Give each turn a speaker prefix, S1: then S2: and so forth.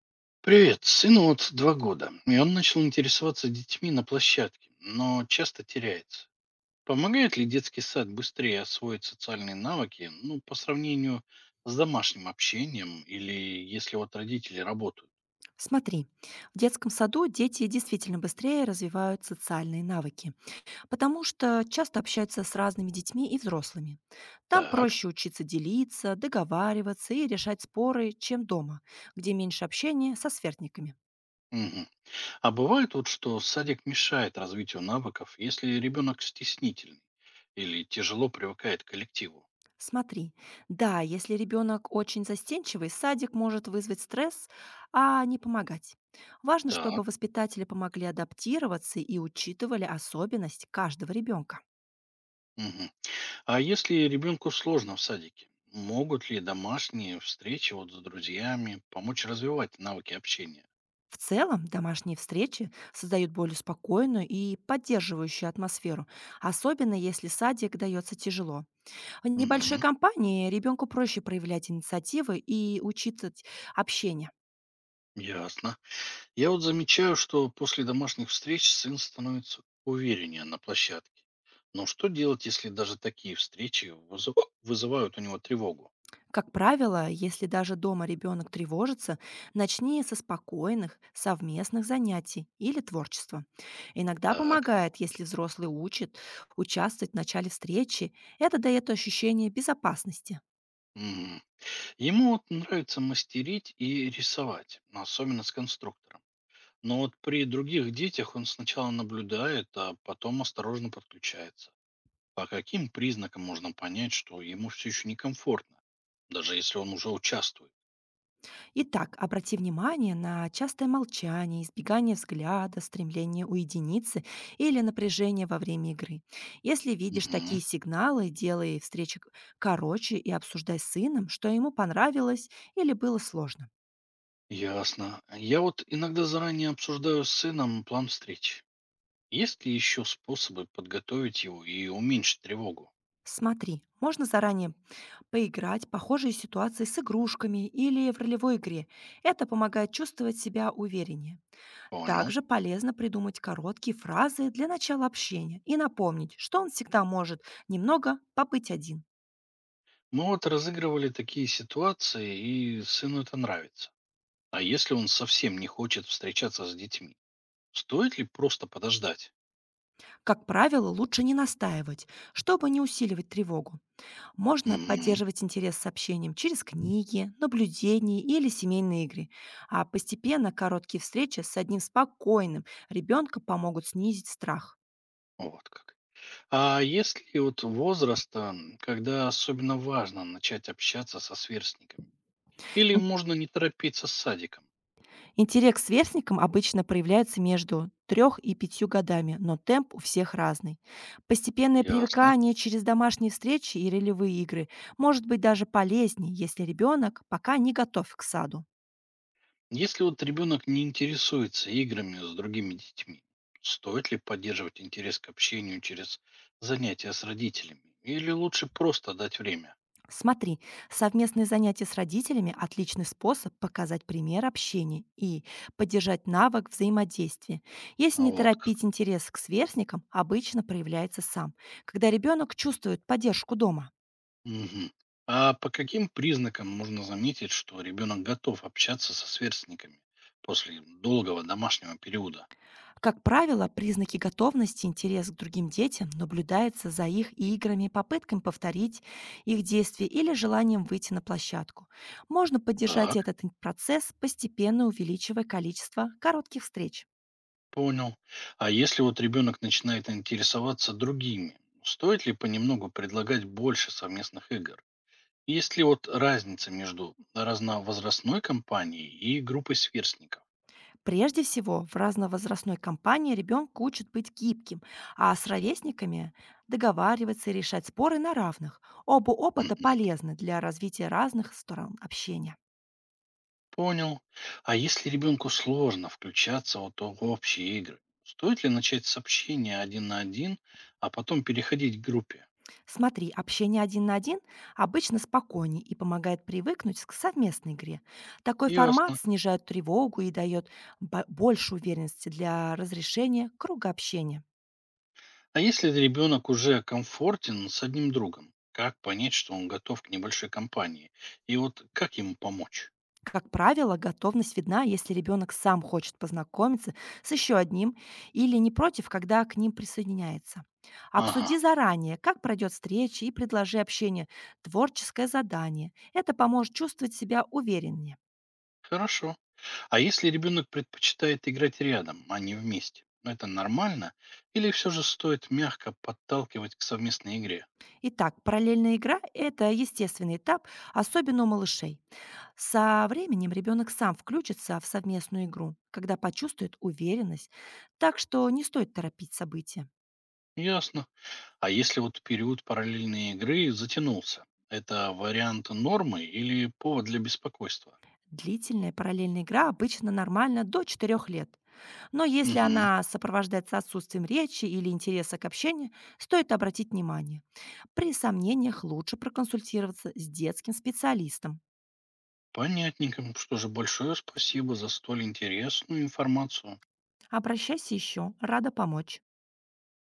S1: Привет, сыну вот 2 года, и он начал интересоваться детьми на площадке, но часто теряется. Помогает ли детский сад быстрее освоить социальные навыки, ну, по сравнению с домашним общением или если вот родители работают?
S2: Смотри, в детском саду дети действительно быстрее развивают социальные навыки, потому что часто общаются с разными детьми и взрослыми. Там
S1: Так.
S2: проще учиться делиться, договариваться и решать споры, чем дома, где меньше общения со сверстниками.
S1: Мгм. А бывает вот, что садик мешает развитию навыков, если ребенок стеснительный или тяжело привыкает к коллективу?
S2: Смотри, да, если ребенок очень застенчивый, садик может вызвать стресс, а не помогать. Важно, чтобы
S1: Так.
S2: воспитатели помогли адаптироваться и учитывали особенность каждого ребенка.
S1: Мгм. А если ребенку сложно в садике, могут ли домашние встречи вот с друзьями помочь развивать навыки общения?
S2: В целом, домашние встречи создают более спокойную и поддерживающую атмосферу, особенно если садик дается тяжело. В небольшой
S1: Мгм,
S2: компании ребенку проще проявлять инициативы и учитывать общение.
S1: ясно. Я вот замечаю, что после домашних встреч сын становится увереннее на площадке. Но что делать, если даже такие встречи вызывают у него тревогу?
S2: Как правило, если даже дома ребенок тревожится, начни со спокойных, совместных занятий или творчества. Иногда
S1: Так.
S2: помогает, если взрослый учит, участвовать в начале встречи. Это дает ощущение безопасности.
S1: Мгм. Ему вот нравится мастерить и рисовать, ну, особенно с конструктором. Но вот при других детях он сначала наблюдает, а потом осторожно подключается. По каким признакам можно понять, что ему все еще некомфортно, даже если он уже участвует?
S2: Итак, обрати внимание на частое молчание, избегание взгляда, стремление уединиться или напряжение во время игры. Если видишь
S1: Мгм.
S2: такие сигналы, делай короче и обсуждай с сыном, что ему понравилось или было сложно.
S1: Ясно. Я вот иногда заранее обсуждаю с сыном план встреч. Есть ли еще способы подготовить его и уменьшить тревогу?
S2: Смотри, можно заранее поиграть в похожие ситуации с игрушками или в ролевой игре. Это помогает чувствовать себя увереннее.
S1: Понял.
S2: Также полезно придумать короткие фразы для начала общения и напомнить, что он всегда может немного побыть один.
S1: Мы вот разыгрывали такие ситуации, и сыну это нравится. А если он совсем не хочет встречаться с детьми, стоит ли просто подождать?
S2: Как правило, лучше не настаивать, чтобы не усиливать тревогу. Можно
S1: Угу.
S2: поддерживать интерес с общением через книги, наблюдения или семейные игры. А постепенно короткие встречи с одним спокойным ребенком помогут снизить страх.
S1: Вот как. А есть ли от возраста, когда особенно важно начать общаться со сверстниками? Или можно не торопиться с садиком?
S2: Интерес к сверстникам обычно проявляется между 3 и пятью годами, но темп у всех разный. Постепенное
S1: Ясно.
S2: привыкание через домашние встречи и ролевые игры может быть даже полезнее, если ребенок пока не готов к саду.
S1: Если вот ребенок не интересуется играми с другими детьми, стоит ли поддерживать интерес к общению через занятия с родителями? Или лучше просто дать время?
S2: Смотри, совместные занятия с родителями— отличный способ показать пример общения и поддержать навык взаимодействия. Если не
S1: Вот как.
S2: торопить интерес к сверстникам, обычно проявляется сам, когда ребенок чувствует поддержку дома.
S1: Мгм. А по каким признакам можно заметить, что ребенок готов общаться со сверстниками после долгого домашнего периода?
S2: Как правило, признаки готовности, интерес к другим детям наблюдается за их играми, попытками повторить их действия или желанием выйти на площадку. Можно поддержать
S1: Так.
S2: процесс, постепенно увеличивая количество коротких встреч.
S1: Понял. А если вот ребенок начинает интересоваться другими, стоит ли понемногу предлагать больше совместных игр? Есть ли вот разница между разновозрастной компанией и группой сверстников?
S2: Прежде всего, в разновозрастной компании ребенка учат быть гибким, а с ровесниками договариваться и решать споры на равных. Оба опыта
S1: Мгм.
S2: полезны для развития разных сторон общения.
S1: Понял. А если ребенку сложно включаться вот в общие игры, стоит ли начать с общения один на один, а потом переходить к группе?
S2: Смотри, общение один на один обычно спокойнее и помогает привыкнуть к совместной игре. Такой формат
S1: Ясно.
S2: снижает тревогу и дает больше уверенности для разрешения круга общения.
S1: А если ребенок уже комфортен с одним другом, как понять, что он готов к небольшой компании? И вот как ему помочь?
S2: Как правило, готовность видна, если ребенок сам хочет познакомиться с еще одним или не против, когда к ним присоединяется.
S1: Ага,
S2: Обсуди заранее, как пройдет встреча и предложи общение творческое задание. Это поможет чувствовать себя увереннее.
S1: хорошо. А если ребенок предпочитает играть рядом, а не вместе? Это нормально? Или все же стоит мягко подталкивать к совместной игре?
S2: Итак, параллельная игра— это естественный этап, особенно у малышей. Со временем ребенок сам включится в совместную игру, когда почувствует уверенность, так что не стоит торопить события.
S1: Ясно. А если вот период параллельной игры затянулся? Это вариант нормы или повод для беспокойства?
S2: Длительная параллельная игра обычно нормальна до 4 лет. Но если
S1: Угу.
S2: она сопровождается отсутствием речи или интереса к общению, стоит обратить внимание. При сомнениях лучше проконсультироваться с детским специалистом.
S1: Понятненько. Что же, большое спасибо за столь интересную информацию.
S2: Обращайся еще, рада помочь.